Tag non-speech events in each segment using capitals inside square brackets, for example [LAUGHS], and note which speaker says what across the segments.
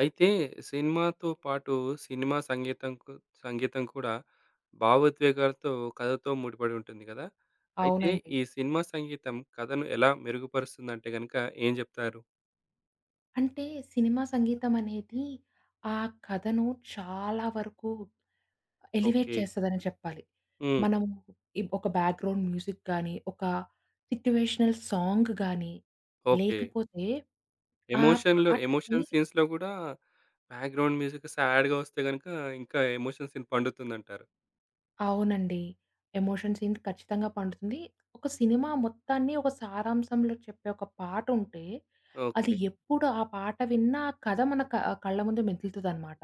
Speaker 1: అయితే సినిమాతో పాటు సినిమా సంగీతం కు సంగీతం కూడా భావోద్వేగాలతో, కథతో ముడిపడి ఉంటుంది కదా! అయితే
Speaker 2: అవునండి.
Speaker 1: ఈ సినిమా సంగీతం కథను ఎలా మెరుగుపరుస్తుందంటే గనుక ఏం జెప్తారు?
Speaker 2: అంటే సినిమా సంగీతమనేది ఆ కథను చాలా వరకు ఎలివేట్
Speaker 1: ఓకే.
Speaker 2: చేస్తదని చెప్పాలి.
Speaker 1: హ్మ్.
Speaker 2: మనము ఒక బ్యాక్‌గ్రౌండ్ మ్యూజిక్ గానీ, ఒక సిట్యుయేషనల్ సాంగ్ గానీ,
Speaker 1: ఓకే.
Speaker 2: లేకపోతే ఆ పాటకి
Speaker 1: ఎమోషన్ సీన్స్‌లో గూడా బ్యాక్‌గ్రౌండ్ మ్యూజిక్ సాడ్‌గా వస్తే గనుక ఇంకా ఎమోషన్ సీన్ పండుతుందంటారు.
Speaker 2: అవునండి. ఎమోషన్ సీన్ ఖచ్చితంగా పండుతుంది. ఒక సినిమా మొత్తాన్ని ఒక సారాంశంలో చెప్పే ఒక పాటుంటే, అది
Speaker 1: ఓకే.
Speaker 2: ఎప్పుడు ఆ పాట విన్నా ఆ కథ మన కళ్ళ ముందు మెదులుతదనమాట.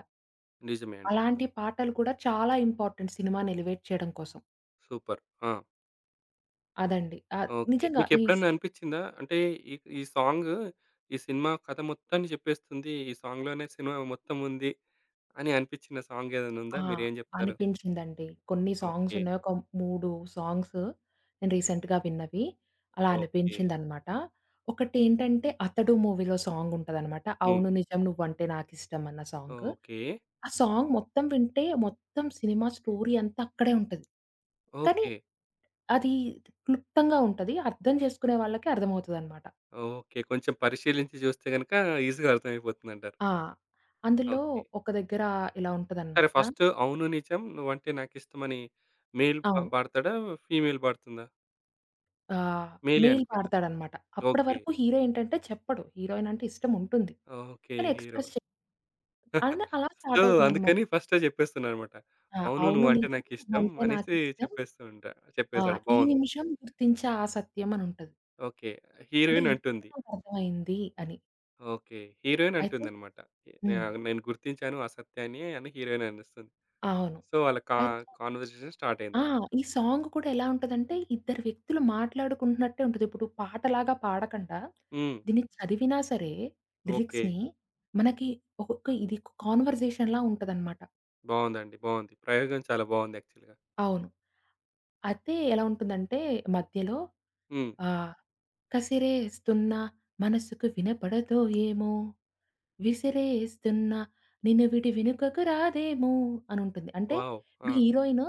Speaker 1: నిజమే అండి.
Speaker 2: అలాంటి పాటలు కూడా చాలా ఇంపార్టెంట్ సినిమాని ఎలివేట్ చేయడం కోసం.
Speaker 1: సూపర్. ఆ!
Speaker 2: అదండి.
Speaker 1: ఓకే.
Speaker 2: నిజంగా ఈ స్
Speaker 1: మీకెప్పుడన్నా అనిపిచ్చిందా? అంటే ఈ ఈ సాంగ్ ఈ సినిమా కథ మొత్తాన్ని చెప్పేస్తుంది. ఈ సాంగ్‌లోనే సినిమా మొత్తం ఉంది అని అనిపిచ్చిన సాంగ్ ఏదైనా ఉందా?
Speaker 2: ఆ!
Speaker 1: మీరేం జెప్తారు?
Speaker 2: అనిపించిందండి. కొన్ని సాంగ్స్
Speaker 1: ఓకే.
Speaker 2: ఉన్నాయి. ఒక 3 సాంగ్స్ నేను రీసెంట్‌గా విన్నవి. అలా
Speaker 1: ఓకే.
Speaker 2: అనిపించిందనమాట. ఒకటేంటంటే 'అతడు' మూవీలో సాంగ్ ఉంటదనమాట.
Speaker 1: హ్మ్.
Speaker 2: 'అవును నిజం నువ్వంటే నాకిష్టం' అన్న సాంగ్.
Speaker 1: ఓకే.
Speaker 2: ఆ సాంగ్ మొత్తం వింటే మొత్తం సినిమా స్టోరీ అంతా అక్కడే ఉంటది. కానీ
Speaker 1: ఓకే.
Speaker 2: అది క్లుప్తంగా ఉంటది. అర్థం చేసుకునే వాళ్ళకి అర్థమవుతదనమాట.
Speaker 1: ఓకే. కొంచెం పరిశీలించి జూస్తే గనక ఈజీగా అర్థమైపోతుందంటారు.
Speaker 2: ఆ! అందులో
Speaker 1: ఓకే.
Speaker 2: ఒక దగ్గర ఇలా
Speaker 1: సరే
Speaker 2: ఉంటదనమాట.
Speaker 1: ఫస్ట్ 'అవును నిజం నువ్వంటే నాకిష్టమని' మేల్
Speaker 2: అవును.
Speaker 1: పాడతాడా? ఫీమేల్ పాడుతుందా?
Speaker 2: ఆహ్,
Speaker 1: మేలే
Speaker 2: మెయిల్
Speaker 1: అనుకుంటా.
Speaker 2: వాడతాడనమాట. అప్పటి
Speaker 1: ఓకే.
Speaker 2: వరకు హీరో ఏంటంటే చెప్పడు. హీరోయిన్ అంటే ఇష్టం ఉంటుంది.
Speaker 1: ఓకే.
Speaker 2: కానీ
Speaker 1: హీరో.
Speaker 2: ఎక్స్‌ప్రెస్ చేయడు. అండ్ అలా
Speaker 1: సో,
Speaker 2: స్టార్ట్ అవుతుందనమాట.
Speaker 1: అందుకని ఫస్టే చెప్పేస్తున్నానన్నమాట.
Speaker 2: ఆ!
Speaker 1: అవును
Speaker 2: అవును
Speaker 1: నువ్వంటే
Speaker 2: నిజం
Speaker 1: నాకిష్టం
Speaker 2: నువ్వంటే
Speaker 1: అనేసి
Speaker 2: నాకిష్టం.
Speaker 1: చెప్పేస్తూ ఉంటా.
Speaker 2: ఆ!
Speaker 1: చెప్పేసాడు
Speaker 2: ఈ
Speaker 1: బావుంది.
Speaker 2: నిమిషం గుర్తించా ఆ సత్యం అని ఉంటది.
Speaker 1: ఓకే.
Speaker 2: అంటే
Speaker 1: హీరోయిన్
Speaker 2: ఇప్పుడు
Speaker 1: అంటుంది.
Speaker 2: నాకర్థమైంది అని.
Speaker 1: ఓకే. హీరోయిన్
Speaker 2: అయితే
Speaker 1: అంటుందన్నమాట. నే
Speaker 2: హ్మ్.
Speaker 1: నేను గుర్తించాను ఆ సత్యాన్ని అని హీరోయిన్ అనేస్తుంది.
Speaker 2: అవును.
Speaker 1: సో, వాళ్ళ
Speaker 2: అయితే
Speaker 1: కాన్వర్జేషన్ స్టార్ట్
Speaker 2: ఆ!
Speaker 1: అయిందలా.
Speaker 2: ఈ సాంగ్ కూడా ఎలా ఉంటదంటే, ఇద్దరు వ్యక్తులు మాట్లాడుకుంటున్నట్టే ఉంటది. ఇప్పుడు పాటలాగా పాడకండా,
Speaker 1: హ్మ్.
Speaker 2: దీన్ని చదివినా సరే
Speaker 1: ఓకే.
Speaker 2: లిరిక్స్‌ని మనకి ఒకొక్క ఇది కాన్వర్జేషన్‌లా ఉంటదనమాట.
Speaker 1: బావుందండి. బావుంది. ప్రయోగం చాలా బావుంది యాక్చువల్‌గా.
Speaker 2: అవును. అయితే ఎలా ఉంటుందంటే మధ్యలో
Speaker 1: హ్మ్.
Speaker 2: ఆహ్, కసిరేస్తున్న మనసుకు వినపడదో ఏమో విసిరేస్తున్న నిన్ను వీడి వెనుకకు రాదేమో అనుంటుంది. అంటే
Speaker 1: వావ్!
Speaker 2: ఇప్పుడు
Speaker 1: ఆ!
Speaker 2: హీరోయిను,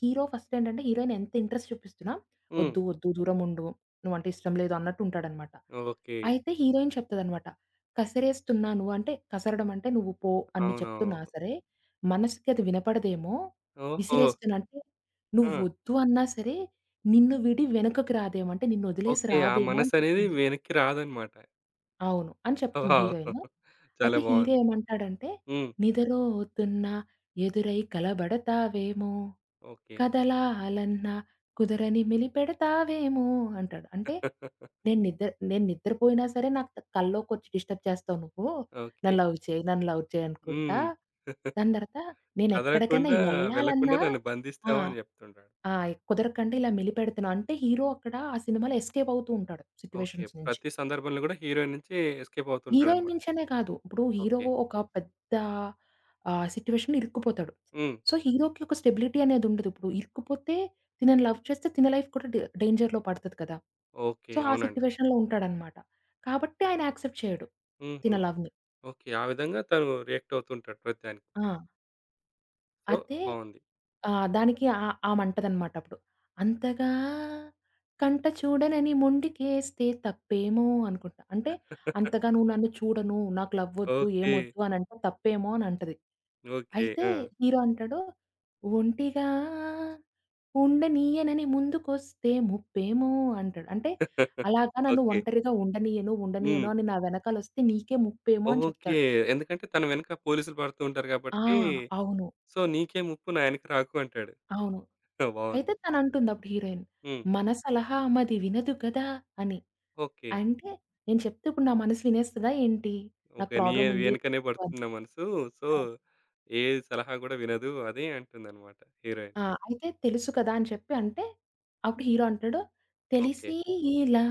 Speaker 2: హీరో ఫస్ట్ ఏంటంటే హీరోయిన్ ఎంత ఇంట్రెస్ట్ చూపిస్తున్నా,
Speaker 1: హ్మ్.
Speaker 2: "ఒద్దు, ఒద్దు దూరముండు. నువ్వంటే ఇష్టం లేదు" అన్నట్టు ఉంటాడనమాట.
Speaker 1: ఓకే.
Speaker 2: అయితే హీరోయిన్ చెప్తదనమాట. "కసిరేస్తున్నాను" అంటే కసరడం అంటే "నువ్వు పో" అని చెప్తున్నా
Speaker 1: అవునవును.
Speaker 2: సరే, మనసుకి అది వినపడదేమో,
Speaker 1: ఓహో!
Speaker 2: విసిరేస్తున్నా అంటే
Speaker 1: ఆ!
Speaker 2: "నువ్వొద్దు అన్నా సరే, నిన్ను వీడి వెనకకు రాదేమో" అంటే నిన్నొదిలేసి
Speaker 1: ఓకే. ఆ
Speaker 2: రాదేమో అని
Speaker 1: మనసనేది
Speaker 2: చెప్తుంది.
Speaker 1: వెనక్కి రాదన్నమాట.
Speaker 2: అవును. అని చెప్తుంది
Speaker 1: వావ్!
Speaker 2: హీరోయిను.
Speaker 1: చాలా
Speaker 2: అయితే హీరో
Speaker 1: బావుంది.
Speaker 2: ఏమంటాడంటే,
Speaker 1: హ్మ్.
Speaker 2: "నిదరోతున్న ఎదురై కలబడతావేమో,
Speaker 1: ఓకే.
Speaker 2: కదలాలన్నా కుదరని మెలిపెడతావేమో" అంటాడు. అంటే
Speaker 1: [LAUGHS]
Speaker 2: నేను నిద్రపోయినా సరే నాకు కల్లోకొచ్చి డిస్టర్బ్ చేస్తావు నువ్వు.
Speaker 1: ఓకే.
Speaker 2: నన్ను లవ్ చేయి అనుకుంటా.
Speaker 1: హ్మ్.
Speaker 2: దాని తర్వాత నేనెక్కడికైనా
Speaker 1: కదలకుండా, వెళ్ళకుండా
Speaker 2: యెళ్ళాలన్నా
Speaker 1: నన్ను
Speaker 2: ఆ!
Speaker 1: బంధిస్తావు అని చెప్తుంటాడు.
Speaker 2: ఆ! కుదరకండి ఇలా మెలిపెడుతున్నావు. అంటే హీరో అక్కడ ఆ సినిమాలో ఎస్కేప్ అవుతూ ఉంటాడు
Speaker 1: ఓకే.
Speaker 2: సిట్యుయేషన్స్ నుంచి.
Speaker 1: ప్రతి సందర్భంలో కూడా హీరోయిన్ నుంచి ఎస్కేప్
Speaker 2: హీరోయిన్
Speaker 1: అవుతుంటాడన్నమాట.
Speaker 2: నుంచనే కాదు. ఇప్పుడు హీరో
Speaker 1: ఓకే.
Speaker 2: ఒక పెద్ద సిట్యుయేషన్‌లో ఇరుక్కుపోతాడు.
Speaker 1: హ్మ్.
Speaker 2: సో, హీరోకి ఒక స్టెబిలిటీ అనేది ఉండదు. ఇప్పుడు ఇరుక్కుపోతే తినని లవ్ చేస్తే తిన లైఫ్ కూడా డేంజర్‌లో పడతది కదా!
Speaker 1: ఓకే.
Speaker 2: సో, ఆ
Speaker 1: అవునండి.
Speaker 2: సిట్యుయేషన్‌లో ఉంటాడనమాట. కాబట్టి ఆయన యాక్సెప్ట్ చేయడు
Speaker 1: హుహు.
Speaker 2: తిన లవ్‌ని.
Speaker 1: ఓకే. ఆ విధంగా తను రియాక్ట్ అవుతుంటాడు ప్రతిదానికి.
Speaker 2: ఆ!
Speaker 1: సో,
Speaker 2: అయితే
Speaker 1: బావుంది.
Speaker 2: దానికి ఆమంటదనమాట అప్పుడు. అంతగా కంట చూడనని మొండికేస్తే తప్పేమో అనుకుంటా. అంటే అంతగా నువ్వు నన్ను చూడను, నాకు లవ్వొద్దు,
Speaker 1: ఓకే.
Speaker 2: ఏమొద్దు అనంటే తప్పేమో అనంటది.
Speaker 1: ఓకే.
Speaker 2: అయితే
Speaker 1: ఆ!
Speaker 2: హీరో అంటాడు, ఒంటిగా ఉండనీయనని ముందుకొస్తే ముప్పేమో అంటాడు. అంటే
Speaker 1: [LAUGHS]
Speaker 2: అలాగా నన్ను
Speaker 1: ఓకే.
Speaker 2: ఒంటరిగా ఉండనీయను,
Speaker 1: హ్మ్.
Speaker 2: ఉండనీయను అని నా వెనకాలొస్తే నీకే ముప్పేమో అని
Speaker 1: ఓకే.
Speaker 2: చెప్తాడు.
Speaker 1: ఎందుకంటే తన వెనక పోలీసులు పడుతూ ఉంటారు
Speaker 2: ఆ!
Speaker 1: కాబట్టి,
Speaker 2: అవును.
Speaker 1: సో, నీకే ముప్పు నాయనకి రాకు అంటాడు.
Speaker 2: అవును.
Speaker 1: [LAUGHS]
Speaker 2: అయితే
Speaker 1: బావుంది.
Speaker 2: తనంటుంది అప్పుడు హీరోయిన్,
Speaker 1: హ్మ్.
Speaker 2: "మన సలహా ఆమది వినదు కదా!" అని.
Speaker 1: ఓకే.
Speaker 2: అంటే నేను చెప్తే ఇప్పుడు నా మనసు వినేస్తదా ఏంటి? నాకు
Speaker 1: ఓకే. నీ
Speaker 2: ప్రాబ్లమ్ ఉంది.
Speaker 1: వెనకనే
Speaker 2: నాకు అది
Speaker 1: పడుతుంది నా మనసు. సో,
Speaker 2: ఆ!
Speaker 1: ఏ సలహా గూడా వినదు అదే అంటుందన్నమాట హీరోయిన్.
Speaker 2: ఆ! అయితే తెలుసు కదా! అని చెప్పి అంటే అప్పుడు హీరో అంటాడు,
Speaker 1: ఓకే.
Speaker 2: "తెలిసి ఇలా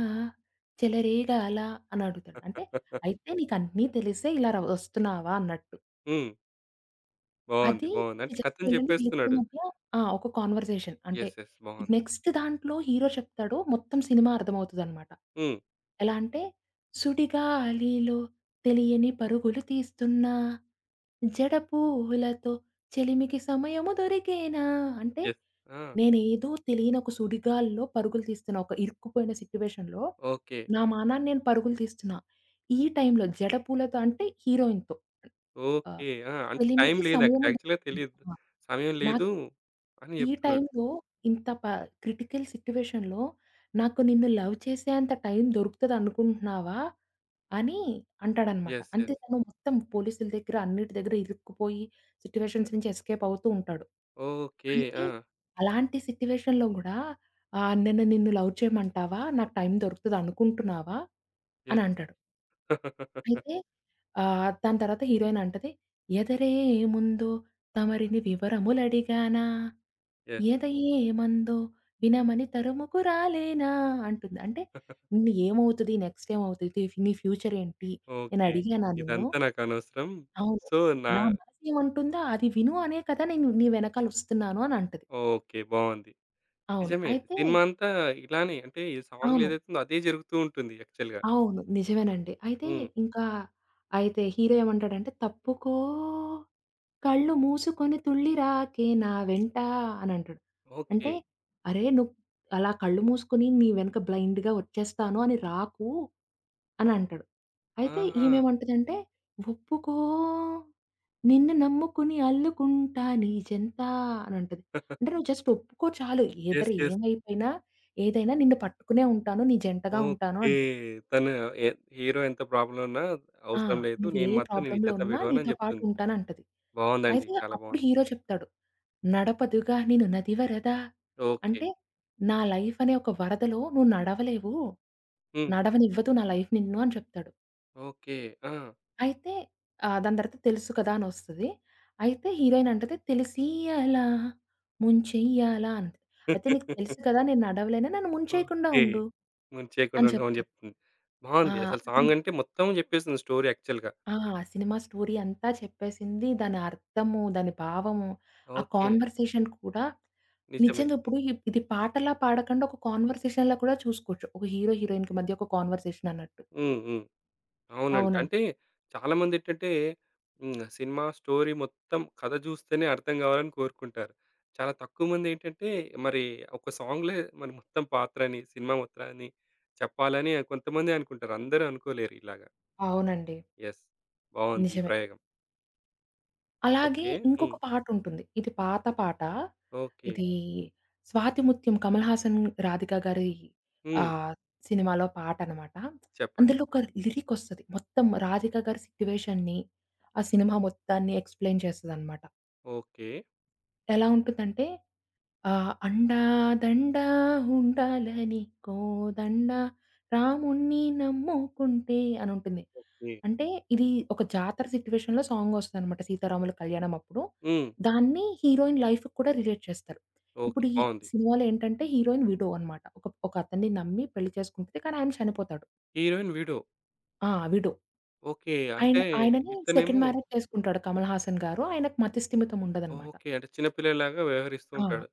Speaker 2: చెలరేగాలా" అని అడుగుతాడు. అంటే
Speaker 1: [LAUGHS]
Speaker 2: అయితే నీకన్నీ తెలిసే ఇలా వస్తున్నావా అన్నట్టు.
Speaker 1: హ్మ్. బావుంది.
Speaker 2: అది
Speaker 1: బావుంది. అంటే
Speaker 2: జస్ట్
Speaker 1: కథను
Speaker 2: ఏంటంటే వీళ్ళిద్దరి
Speaker 1: చెప్పేస్తున్నాడు.
Speaker 2: మధ్య ఆ! ఒక కాన్వర్సేషన్. అంటే
Speaker 1: యెస్. యెస్. బావుంది.
Speaker 2: నెక్స్ట్ దాంట్లో హీరో చెప్తాడు. మొత్తం సినిమా అర్థమవుతదనమాట.
Speaker 1: హ్మ్.
Speaker 2: ఎలా అంటే "సుడిగాలిలో తెలియని పరుగులు తీస్తున్నా, జడ పూలతో చెలిమికి సమయము దొరికేనా" అంటే
Speaker 1: యెస్. ఆ!
Speaker 2: నేనేదో తెలియని ఒక సుడిగాలిలో పరుగులు తీస్తున్నా. ఒక ఇరుక్కుపోయిన సిట్యుయేషన్‌లో
Speaker 1: ఓకే.
Speaker 2: నా మానాన నేను పరుగులు తీస్తున్నా. ఈ టైంలో జడ పూలతో అంటే హీరోయిన్‌తో ఆహ్,
Speaker 1: ఓకే. ఆ! అంటే టైం
Speaker 2: చెలిమికి
Speaker 1: లేదు అక్కడ
Speaker 2: సమయము
Speaker 1: యాక్చువల్‌గా తెలీదు.
Speaker 2: దొరికేనా
Speaker 1: సమయం
Speaker 2: నాకు
Speaker 1: లేదు అని
Speaker 2: ఈ
Speaker 1: చెప్తున్నాడు.
Speaker 2: టైంలో ఇంత క్రిటికల్ సిట్యుయేషన్‌లో నాకు నిన్ను లవ్ చేసేంత టైం దొరుకుతదనుకుంటున్నావా? అని అంటాడనమాట.
Speaker 1: యెస్.
Speaker 2: అంతే
Speaker 1: యెస్.
Speaker 2: తను మొత్తం పోలీసుల దగ్గర అన్నిటి దగ్గర ఇరుక్కుపోయి సిట్యుయేషన్స్ నుంచి ఎస్కేప్ అవుతూ ఉంటాడు.
Speaker 1: ఓకే.
Speaker 2: అయితే
Speaker 1: ఆ!
Speaker 2: అలాంటి సిట్యుయేషన్‌లో గూడా "నేను నిన్ను లవ్ చేయమంటావా? నాకు టైం దొరుకుతది అనుకుంటున్నావా?"
Speaker 1: యెస్.
Speaker 2: అని
Speaker 1: యెస్.
Speaker 2: అంటాడు.
Speaker 1: [LAUGHS]
Speaker 2: అయితే దాని తర్వాత హీరోయిన్ అంటది, ఎదరేముందో తమరిని వివరములడిగానా? ఎద ఏమందో వినమని తరుముకురాలేనా? అంటుంది. అంటే నిన్ను ఏమవుతది? నెక్స్ట్ ఏమవుతది? నీ ఫ్యూచర్ ఏంటి? నేను
Speaker 1: ఓకే.
Speaker 2: అడిగానా నిన్ను?
Speaker 1: ఇదంతా నాకనవసరం.
Speaker 2: అవును.
Speaker 1: సో, నా
Speaker 2: నా మనసేమంటుందో అది విను అనే కదా నేను నీ వెనకాల ఒస్తున్నాను అని అంటది.
Speaker 1: ఓకే. బావుంది.
Speaker 2: అవును.
Speaker 1: నిజమే.
Speaker 2: అయితే
Speaker 1: సినిమా అంతా ఇలానే అంటే ఈ సాంగ్‌లో
Speaker 2: అవును.
Speaker 1: ఏదైతుందో అదే జరుగుతూ ఉంటుంది యాక్చువల్‌గా.
Speaker 2: అవును. నిజమేనండి. అయితే
Speaker 1: హ్మ్.
Speaker 2: ఇంకా అయితే హీరో ఏమంటాడంటే తప్పుకో కళ్ళు మూసుకొని తుళ్ళి రాకే నా వెంట అనంటాడు.
Speaker 1: ఓకే.
Speaker 2: అంటే, "అరే! నువ్వు అలా కళ్ళు మూసుకొని నీ వెనక బ్లైండ్‌గా వచ్చేస్తాను అని రాకు" అనంటాడు. అయితే
Speaker 1: ఆహా!
Speaker 2: ఈమెమంటదంటే, "ఒప్పుకో నిన్ను నమ్ముకుని అల్లుకుంటా నీ జంత" అనంటది.
Speaker 1: [LAUGHS]
Speaker 2: అంటే నువ్వు జస్ట్ ఒప్పుకో చాలు. ఎదర
Speaker 1: యెస్. యెస్.
Speaker 2: ఏమైపోయినా, ఏదైనా నిన్ను పట్టుకునే ఉంటాను. నీ జంటగా ఉంటాను
Speaker 1: ఓకే.
Speaker 2: అంటది.
Speaker 1: తను ఎ హీరో ఎంత ప్రాబ్లమ్ ఉన్నా
Speaker 2: ఆ!
Speaker 1: అవసరం లేదు.
Speaker 2: నువ్వు ఏ
Speaker 1: నేను ఈ
Speaker 2: ప్రాబ్లమ్‌లో
Speaker 1: జత
Speaker 2: ఉన్నా
Speaker 1: విడవనని
Speaker 2: నీతో పాటు
Speaker 1: చెప్తుంది.
Speaker 2: ఉంటానంటది.
Speaker 1: బావుందండి.
Speaker 2: అయితే
Speaker 1: చాలా
Speaker 2: అప్పుడు
Speaker 1: బావుంది.
Speaker 2: హీరో చెప్తాడు. "నడపదుగా నేను నది వరద"
Speaker 1: ఓకే.
Speaker 2: అంటే నా లైఫ్ అనే ఒక వరదలో నువ్వు నడవలేవు.
Speaker 1: హ్మ్.
Speaker 2: నడవనివ్వదు నా లైఫ్ నిన్ను అని చెప్తాడు.
Speaker 1: ఓకే. ఆ!
Speaker 2: అయితే దాని తర్వాత తెలుసు కదా అనొస్తది. అయితే హీరోయిన్ అంటది తెలిసియ్యాలా ముంచెయ్యాలా అంటది. అయితే నీకు
Speaker 1: [LAUGHS]
Speaker 2: తెలుసు కదా నేను నడవలేను నన్ను ముంచేయకుండా
Speaker 1: ఓకే.
Speaker 2: ఉండు
Speaker 1: ముంచేయకుండా
Speaker 2: అని
Speaker 1: ఉండమని
Speaker 2: చెప్తది.
Speaker 1: చెప్తుంది.
Speaker 2: ఆ!
Speaker 1: బావుంది. అసలు
Speaker 2: అది
Speaker 1: సాంగ్ అంటే మొత్తం చెప్పేస్తుంది స్టోరీ యాక్చువల్‌గా.
Speaker 2: ఆ! సినిమా స్టోరీ అంతా చెప్పేసింది. దాని అర్థము, దాని భావము, ఆ
Speaker 1: ఓకే.
Speaker 2: కాన్వర్సేషన్ కూడా
Speaker 1: నిజమే.
Speaker 2: నిజంగా ఇప్పుడు ఇది పాటలా పాడకుండా ఒక కాన్వర్సేషన్‌లా కూడా చూసుకోవచ్చు. ఒక హీరో, హీరోయిన్‌కి మధ్య ఒక కాన్వర్సేషన్ అన్నట్టు.
Speaker 1: హ్మ్. హ్మ్. అవునండి.
Speaker 2: అవునండి.
Speaker 1: అంటే చాలామందేంటంటే హ్మ్. సినిమా స్టోరీ మొత్తం కథ చూస్తేనే అర్థం కావాలని కోరుకుంటారు. చాలా తక్కువ మందేంటంటే మరి ఒక సాంగ్‌లే మరి మొత్తం పాత్రని, సినిమా మొత్తాన్ని చెప్పాలని కొంతమందే అనుకుంటారు. అందరూ అనుకోలేరు ఇలాగా.
Speaker 2: అవునండి.
Speaker 1: యెస్. బావుంది ఈ
Speaker 2: నిజమే.
Speaker 1: ప్రయోగం.
Speaker 2: అలాగే
Speaker 1: ఓకే. హ్మ్.
Speaker 2: ఇంకొక పాటుంటుంది. ఇది పాత పాట.
Speaker 1: ఓకే.
Speaker 2: ఇది 'స్వాతిముత్యం' కమల్ హాసన్, రాధిక గారి
Speaker 1: హ్మ్.
Speaker 2: ఆహ్, సినిమాలో పాటనమాట.
Speaker 1: చెప్పండి.
Speaker 2: అందులో ఒక
Speaker 1: చెప్పండి.
Speaker 2: లిరికొస్తది. మొత్తం రాధిక గారి సిట్యుయేషన్‌ని, ఆ సినిమా మొత్తాన్ని ఎక్స్‌ప్లెయిన్ చేస్తదనమాట.
Speaker 1: ఓకే.
Speaker 2: ఎలా ఉంటుందంటే ఆ! అండా దండ ఉండాలని కోదండ రాముణ్ణి నమ్ముకుంటే అనుంటుంది.
Speaker 1: ఓకే.
Speaker 2: అంటే ఇది ఒక జాతర సిట్యుయేషన్‌లో సాంగొస్తదనమాట 'సీతారాముల కళ్యాణం' అప్పుడు.
Speaker 1: హ్మ్.
Speaker 2: దాన్ని హీరోయిన్ లైఫ్‌కి కూడా రిలేట్ చేస్తారు. ఇప్పుడు
Speaker 1: ఓకే.
Speaker 2: ఈ
Speaker 1: బావుంది.
Speaker 2: సినిమాలో ఏంటంటే హీరోయిన్ విడో అనమాట. ఒక ఒక అతన్ని నమ్మి పెళ్లి చేసుకుంటది. కానీ ఆయన చనిపోతాడు.
Speaker 1: Heroine widow.
Speaker 2: ఆ! విడో.
Speaker 1: ఓకే. అంటే
Speaker 2: ఆయనని సెకండ్
Speaker 1: ఇతనేమో
Speaker 2: మ్యారేజ్ చేసుకుంటాడు 'కమల్ హాసన్' గారు. ఆయనకి మతిస్థిమితం ఉండదనమాట.
Speaker 1: ఓకే. అంటే చిన్న పిల్లలాగా వ్యవహరిస్తూ
Speaker 2: ఆ!
Speaker 1: ఉంటాడు.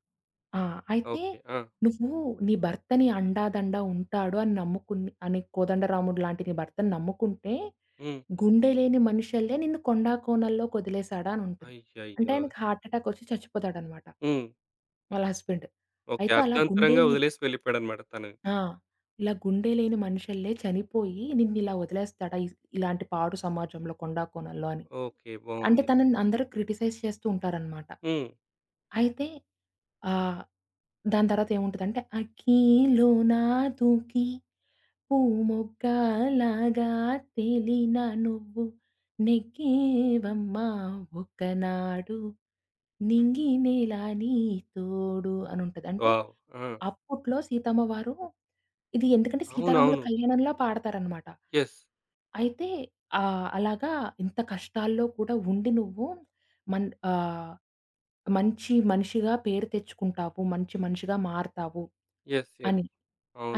Speaker 2: ఆ! అయితే
Speaker 1: ఓకే. ఆ!
Speaker 2: నువ్వు నీ భర్తని అండాదండ ఉంటాడు అని నమ్ముకుని అని 'కోదండరాముడు' లాంటి నీ భర్తని నమ్ముకుంటే,
Speaker 1: హ్మ్.
Speaker 2: గుండె లేని మనిషెళ్ళే నిన్ను కొండా కోనల్లోకి వదిలేసాడా అని ఉంటుంది. అంటే
Speaker 1: అయ్యయ్యో!
Speaker 2: ఆయనకి హార్ట్ అటాక్ వచ్చి చచ్చిపోతాడనమాట
Speaker 1: హ్మ్.
Speaker 2: వాళ్ళ హస్బెండ్.
Speaker 1: ఓకే.
Speaker 2: అయితే అలా గుండె
Speaker 1: అర్థాంతరంగా
Speaker 2: లే
Speaker 1: వదిలేసి వెళ్ళిపోయాడన్నమాట తను.
Speaker 2: ఆ! ఇలా గుండె లేని మనుషుల్లే చనిపోయి నిన్నిలా వదిలేస్తాడా? ఇలాంటి పాడు సమాజంలో, కొండా కోనల్లో అని.
Speaker 1: ఓకే.
Speaker 2: అంటే
Speaker 1: బావుంది.
Speaker 2: తనని అందరూ క్రిటిసైజ్ చేస్తూ ఉంటారనమాట.
Speaker 1: హ్మ్.
Speaker 2: అయితే ఆహ్, దాని తర్వాత ఏముంటదంటే, అఖీలోన దూకి పూమొగ్గలాగా తేలిన నువ్వు నెగ్గేవమ్మా ఒకనాడు నింగినేలా నీ తోడు అనుంటది. అంటే
Speaker 1: వావ్! ఆ!
Speaker 2: అప్పట్లో సీతమ్మ వారు ఇది ఎందుకంటే 'సీతారాముల
Speaker 1: అవునవును.
Speaker 2: కళ్యాణం'లా పాడతారనమాట.
Speaker 1: యెస్.
Speaker 2: అయితే అలాగా ఇంత కష్టాల్లో కూడా ఉండి నువ్వు మన్ ఆహ్, మంచి మనిషిగా పేరు తెచ్చుకుంటావు. మంచి మనిషిగా మారతావు
Speaker 1: యెస్. యెస్.
Speaker 2: అని,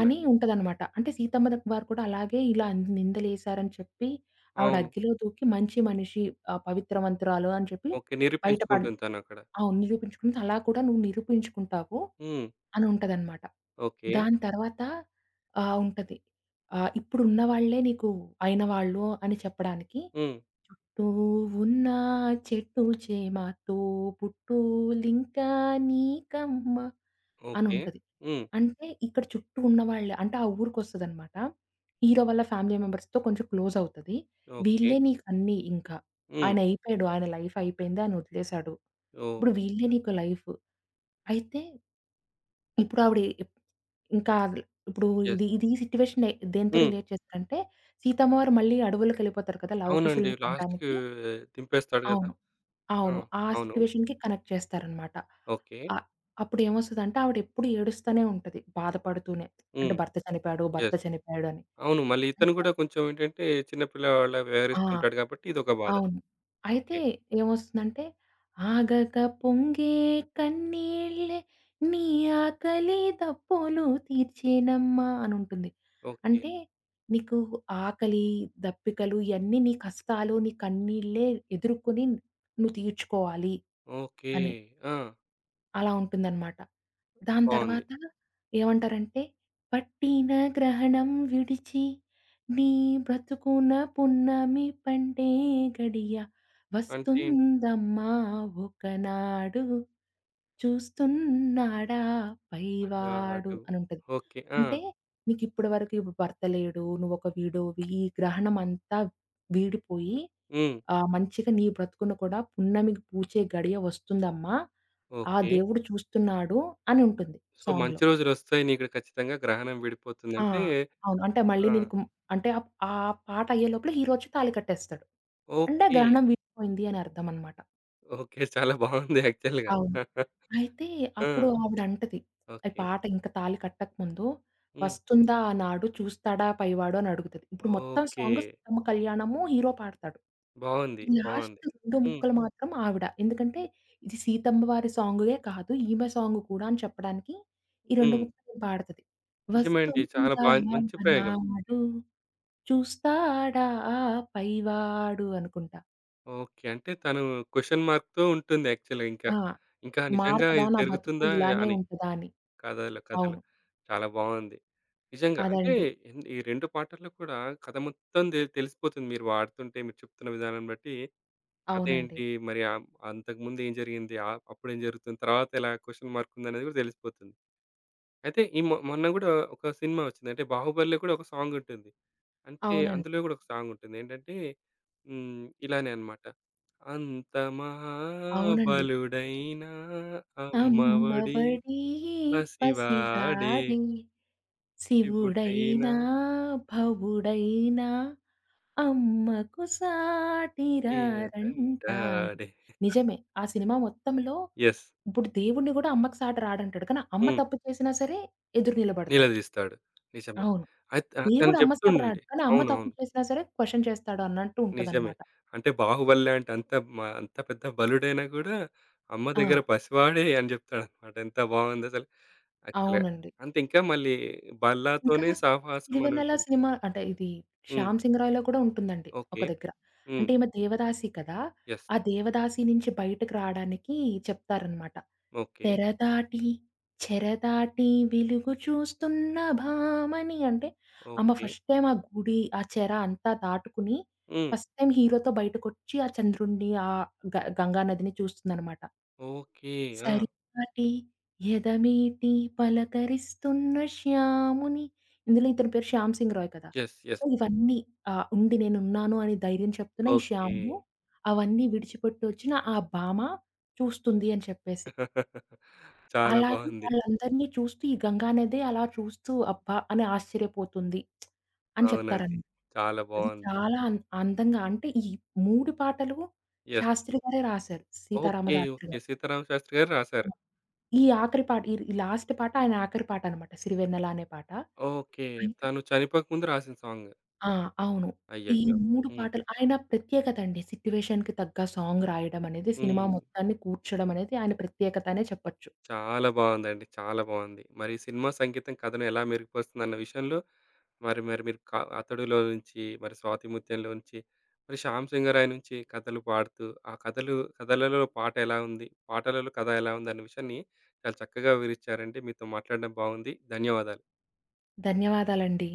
Speaker 2: అని ఉంటదనమాట. అంటే సీతమ్మ వారు కూడా అలాగే ఇలా నిందలేసారని చెప్పి ఆవిడ
Speaker 1: అవును.
Speaker 2: అగ్గిలో దూకి మంచి మనిషి పవిత్రవంతురాలు అని చెప్పి
Speaker 1: ఓకే.
Speaker 2: బయట పడ్
Speaker 1: నిరూపించుకుంటుంది తనక్కడ.
Speaker 2: అవును. నిరూపించుకుంది. అలా కూడా నువ్వు నిరూపించుకుంటావు
Speaker 1: హ్మ్.
Speaker 2: అని ఉంటదనమాట.
Speaker 1: ఓకే.
Speaker 2: దాని తర్వాత ఉంటది. ఇప్పుడున్న వాళ్ళే నీకు అయిన వాళ్ళు అని చెప్పడానికి
Speaker 1: హ్మ్.
Speaker 2: చుట్టూ ఉన్న చెట్టు చేమ తోబుట్టులింకా నీకమ్మ
Speaker 1: ఓకే.
Speaker 2: అనుంటది.
Speaker 1: హ్మ్.
Speaker 2: అంటే ఇక్కడ చుట్టూ ఉన్నవాళ్ళే అంటే ఆ ఊరికొస్తదనమాట. హీరో వాళ్ళ ఫ్యామిలీ మెంబర్స్‌తో కొంచెం క్లోజ్ అవుతది.
Speaker 1: ఓకే.
Speaker 2: వీళ్ళే నీకన్నీ ఇంకా.
Speaker 1: హ్మ్.
Speaker 2: ఆయన అయిపోయాడు. ఆయన లైఫ్ అయిపోయింది. ఆయన వదిలేసాడు.
Speaker 1: ఓహ్!
Speaker 2: ఇప్పుడు వీళ్ళే నీకు లైఫ్. అయితే ఇప్పుడు ఆవిడ ఎప్ ఇంకా అది ఇప్పుడు
Speaker 1: యెస్.
Speaker 2: ఇది ఇది సిట్యుయేషన్ దేనితో
Speaker 1: హ్మ్.
Speaker 2: రిలేట్ చేస్తారంటే, సీతమ్మవారు మళ్ళీ అడవులకెళ్ళిపోతారు కదా!
Speaker 1: అవునండి.
Speaker 2: లవకుశుల్ని
Speaker 1: లాస్ట్‌కి
Speaker 2: కనడానికి.
Speaker 1: దింపేస్తాడు గదా!
Speaker 2: అవును.
Speaker 1: ఆ!
Speaker 2: అవును. ఆ
Speaker 1: అవును.
Speaker 2: సిట్యుయేషన్‌కి కనెక్ట్ చేస్తారనమాట.
Speaker 1: ఓకే.
Speaker 2: ఆహ్, అప్పుడు ఏమొస్తదంటే ఆవిడ ఎప్పుడు ఏడుస్తూనే ఉంటది. బాధపడుతూనే. అంటే
Speaker 1: హ్మ్.
Speaker 2: భర్త
Speaker 1: యెస్.
Speaker 2: చనిపోయాడు అని.
Speaker 1: అవును. మళ్ళీ ఇతను
Speaker 2: అయితే
Speaker 1: గూడా కొంచెం ఏంటంటే చిన్న పిల్లవాడిలా
Speaker 2: ఆ!
Speaker 1: వ్యవహరిస్తుంటాడు గాబట్టి ఇదొక బాధ.
Speaker 2: అవును.
Speaker 1: ఓకే.
Speaker 2: అయితే ఏమొస్తుందంటే, ఆగక పొంగే కన్నీళ్ళే నీ ఆకలి దప్పులు తీర్చేనమ్మా అనుంటుంది.
Speaker 1: ఓకే.
Speaker 2: అంటే నీకు ఆకలి, దప్పికలు ఇయన్నీ నీ కష్టాలు, నీ కన్నీళ్ళే ఎదుర్కొని నువ్వు తీర్చుకోవాలి
Speaker 1: ఓకే.
Speaker 2: అని.
Speaker 1: ఆ!
Speaker 2: అలా ఉంటుందనమాట. దాని
Speaker 1: బావుంది.
Speaker 2: తర్వాత ఏమంటారంటే, పట్టిన గ్రహణం విడిచి నీ బ్రతుకున పున్నమి పండే గడియ
Speaker 1: అంటే ఏంటి?
Speaker 2: వస్తుందమ్మా ఒకనాడు చూస్తున్నాడా పైవాడు
Speaker 1: వాడు.
Speaker 2: అనుంటది.
Speaker 1: ఓకే. ఆ!
Speaker 2: అంటే నీకిప్పటి వరకు ఇప్పుడు భర్త లేడు, నువ్వొక విడోవి, ఈ గ్రహణం అంతా వీడిపోయి
Speaker 1: హ్మ్.
Speaker 2: మంచిగా నీ బ్రతుకును కూడా పున్నమికి పూచే గడియ వస్తుందమ్మా. ఆ
Speaker 1: ఓకే.
Speaker 2: దేవుడు చూస్తున్నాడు" అని ఉంటుంది
Speaker 1: సో, మంచి
Speaker 2: సాంగ్‌లో.
Speaker 1: రోజులొస్తాయి నీకు ఖచ్చితంగా గ్రహణం
Speaker 2: ఆ!
Speaker 1: విడిపోతుందంటే
Speaker 2: అవును. అంటే మళ్ళీ
Speaker 1: ఆ!
Speaker 2: నీకు అంటే ఆ పాట అయ్యేలోపల హీరో వచ్చి తాళి కట్టేస్తాడు. అంటే
Speaker 1: ఓకే.
Speaker 2: గ్రహణం వీడిపోయింది అని అర్థం అన్నమాట.
Speaker 1: ఓకే. చాలా బావుంది యాక్చువల్‌గా.
Speaker 2: అవును. అయితే
Speaker 1: ఆ!
Speaker 2: అప్పుడు ఆవిడంటది. ఈ
Speaker 1: ఓకే.
Speaker 2: పాట ఇంక తాళి కట్టకముందు
Speaker 1: హ్మ్.
Speaker 2: "వస్తుందా ఆనాడు చూస్తాడా పైవాడు" అని అడుగుతది. ఇప్పుడు మొత్తం
Speaker 1: ఓకే.
Speaker 2: సాంగ్ 'సీతమ్మ కళ్యాణము' హీరో పాడతాడు.
Speaker 1: బావుంది.
Speaker 2: ఈ
Speaker 1: బావుంది.
Speaker 2: లాస్ట్ 2
Speaker 1: హ్మ్.
Speaker 2: ముక్కలు మాత్రం ఆవిడ. ఎందుకంటే ఇది సీతమ్మ వారి సాంగే కాదు ఈమె సాంగ్ కూడా అని చెప్పడానికి ఈ 2
Speaker 1: హ్మ్.
Speaker 2: ముక్కలు పాడతది.
Speaker 1: నిజమే అండి. చాలా
Speaker 2: "వస్తుందా
Speaker 1: బా మంచి ప్రయోగం.
Speaker 2: ఆనాడు చూస్తాడా ఆ పైవాడు" అనుకుంటా.
Speaker 1: ఓకే. అంటే తను క్వెషన్ మార్క్‌తో ఉంటుంది యాక్చువల్‌గా ఇంకా.
Speaker 2: ఆ!
Speaker 1: ఇంకా నిజంగా
Speaker 2: మారతదా
Speaker 1: ఇది
Speaker 2: నా బతుకు
Speaker 1: జరుగుతుందా
Speaker 2: ఇలానే
Speaker 1: అని.
Speaker 2: ఉంటదా అని.
Speaker 1: కథలు, కథలు.
Speaker 2: అవును.
Speaker 1: చాలా బావుంది. నిజంగా. అంటే
Speaker 2: అదండి.
Speaker 1: ఈ 2 పాటల్లో కూడా కథ మొత్తం తెలిసిపోతుంది. మీరు వాడుతుంటే మీరు చెప్తున్న విధానం బట్టి
Speaker 2: అవునండి.
Speaker 1: కథేంటి? మరి అంతకుముందు ఏం జరిగింది? అప్పుడేం జరుగుతుంది? తర్వాత ఎలా క్వెషన్ మార్క్ ఉందనేది కూడా తెలిసిపోతుంది. అయితే ఈ మొన్న గూడా ఒక సినిమా వచ్చింది. అంటే 'బాహుబలిలో' కూడా ఒక సాంగ్ ఉంటుంది. అంటే అందులో
Speaker 2: అవునండి.
Speaker 1: గూడా ఒక సాంగ్ ఉంటుంది. ఏంటంటే హ్మ్. ఇలానే అన్నమాట. అంత
Speaker 2: అవునండి.
Speaker 1: మహాబలుడైన అమ్మఒడి
Speaker 2: అమ్మఒడి
Speaker 1: పసివాడే
Speaker 2: పసివాడే
Speaker 1: ఇప్పుడైనా
Speaker 2: శివుడైనా, భవుడైనా అమ్మకు సాటి రారంటాడు.
Speaker 1: ఏదంటాడే.
Speaker 2: నిజమే. ఆ సినిమా మొత్తంలో
Speaker 1: యెస్.
Speaker 2: ఇప్పుడు దేవుడిని గూడా అమ్మకి సాటి రాడంటాడు. కానీ అమ్మ
Speaker 1: హ్మ్.
Speaker 2: తప్పు చేసినా సరే ఎదురు నిలబడతాడు.
Speaker 1: నిలదీస్తాడు. నిజమే.
Speaker 2: అవును.
Speaker 1: తను
Speaker 2: దేవుడు అమ్మ సాటి రాడు.
Speaker 1: చెప్తుండండి.
Speaker 2: కానీ అమ్మ తప్పు
Speaker 1: అవునవును.
Speaker 2: చేసినా సరే క్వెషన్ చేస్తాడు అన్నట్టు
Speaker 1: నిజమే.
Speaker 2: ఉంటదన్నమాట.
Speaker 1: అంటే 'బాహుబలి' లాంటి అంత అంత పెద్ద బలుడైనా గూడా అమ్మ దగ్గర
Speaker 2: ఆ!
Speaker 1: పసివాడే అని జెప్తాడనమాట. ఎంత బావుందసలు యాక్చువల్‌గా.
Speaker 2: అవునండి.
Speaker 1: అంటే ఇంకా మళ్ళీ
Speaker 2: ఇంకా
Speaker 1: 'బల్లాతోనే సావాసం' అని
Speaker 2: సిరివెన్నెల
Speaker 1: ఉంటుంది.
Speaker 2: సినిమా అంటే ఇది
Speaker 1: హ్మ్.
Speaker 2: 'శ్యామ్ సింగ్ రాయ్‌లో' కూడా ఉంటుందండి ఒక
Speaker 1: ఓకే.
Speaker 2: దగ్గర.
Speaker 1: హ్మ్.
Speaker 2: అంటే ఈమె దేవదాసి కదా!
Speaker 1: యెస్.
Speaker 2: ఆ దేవదాసి నుంచి బయటకి రాడానికి చెప్తారనమాట.
Speaker 1: ఓకే.
Speaker 2: "తెర దాటి చెర దాటి వెలుగు చూస్తున్న భామని" అంటే ఆమె
Speaker 1: ఓకే.
Speaker 2: ఫస్ట్ టైమ్ ఆ గుడి, ఆ చెర అంతా దాటుకుని
Speaker 1: హ్మ్.
Speaker 2: ఫస్ట్ టైమ్ హీరోతో బయటకొచ్చి ఆ చంద్రుడిని, ఆ గంగా నదిని చూస్తుందనమాట.
Speaker 1: ఓకే. ఆ!
Speaker 2: 'సరిపాటి ఎదమేటి పలకరిస్తున్న శ్యాముని' ఇందులో ఇతని పేరు 'శ్యామ్ సింగ్ రాయ్' కదా!
Speaker 1: యెస్.
Speaker 2: So,
Speaker 1: yes.
Speaker 2: ఇవన్నీ ఉండి నేనున్నాను అని ధైర్యం చెప్తున్న ఈ
Speaker 1: ఓకే.
Speaker 2: శ్యాముడు అవన్నీ విడిచిపెట్టి వచ్చిన ఆ భామ చూస్తుంది అని చెప్పేసి.
Speaker 1: [LAUGHS] చాలా
Speaker 2: అలాగే
Speaker 1: బావుంది.
Speaker 2: వాళ్ళందరిని చూస్తూ ఈ గంగా నదే అలా చూస్తూ అబ్బా! అని ఆశ్చర్యపోతుంది అని
Speaker 1: అవునండి.
Speaker 2: చెప్తారనమాట.
Speaker 1: చాలా
Speaker 2: అది
Speaker 1: బావుంది.
Speaker 2: చాలా అం అందంగా అంటే ఈ 3 పాటలు
Speaker 1: యెస్.
Speaker 2: శాస్త్రి గారే రాశారు.
Speaker 1: ఓకే.
Speaker 2: సీతారామశాస్త్రి
Speaker 1: ఓకే.
Speaker 2: గారు.
Speaker 1: 'సీతారామ శాస్త్రి' గారు రాసారు.
Speaker 2: ఈ ఆఖరి పాట ఈ ఈ లాస్ట్ పాట ఆయన ఆఖరి పాటనమాట 'సిరివెన్నెల' అనే పాట.
Speaker 1: ఓకే.
Speaker 2: అయితే
Speaker 1: తను చనిపోక ముందు రాసిన సాంగ్.
Speaker 2: ఆ! అవును. ఈ
Speaker 1: అయ్యయ్యో!
Speaker 2: 3
Speaker 1: హ్మ్.
Speaker 2: పాటలు ఆయన ప్రత్యేకత అండి. సిట్యుయేషన్‌కి తగ్గ సాంగ్ రాయడం అనేది, సినిమా
Speaker 1: హ్మ్.
Speaker 2: మొత్తాన్ని కూర్చడం అనేది ఆయన ప్రత్యేకత అనే చెప్పొచ్చు.
Speaker 1: చాలా బావుందండి. చాలా బావుంది. మరి సినిమా సంగీతం కథను ఎలా మెరుగుపరుస్తుందన్న విషయంలో మరి మరి మీరు 'అతడు'లో నుంచి, మరి 'స్వాతి ముత్యంలో' నుంచి, మరి 'శ్యామ్ సింగరాయ్' నుంచి కథలు పాడుతూ, ఆ కథలు కథలలో పాట ఎలా ఉంది? పాటలలో కథ ఎలా ఉంది? అన్న విషయాన్ని చాలా చక్కగా వివరిచ్చారండి. మీతో మాట్లాడడం బాగుంది. ధన్యవాదాలు.
Speaker 2: ధన్యవాదాలండి.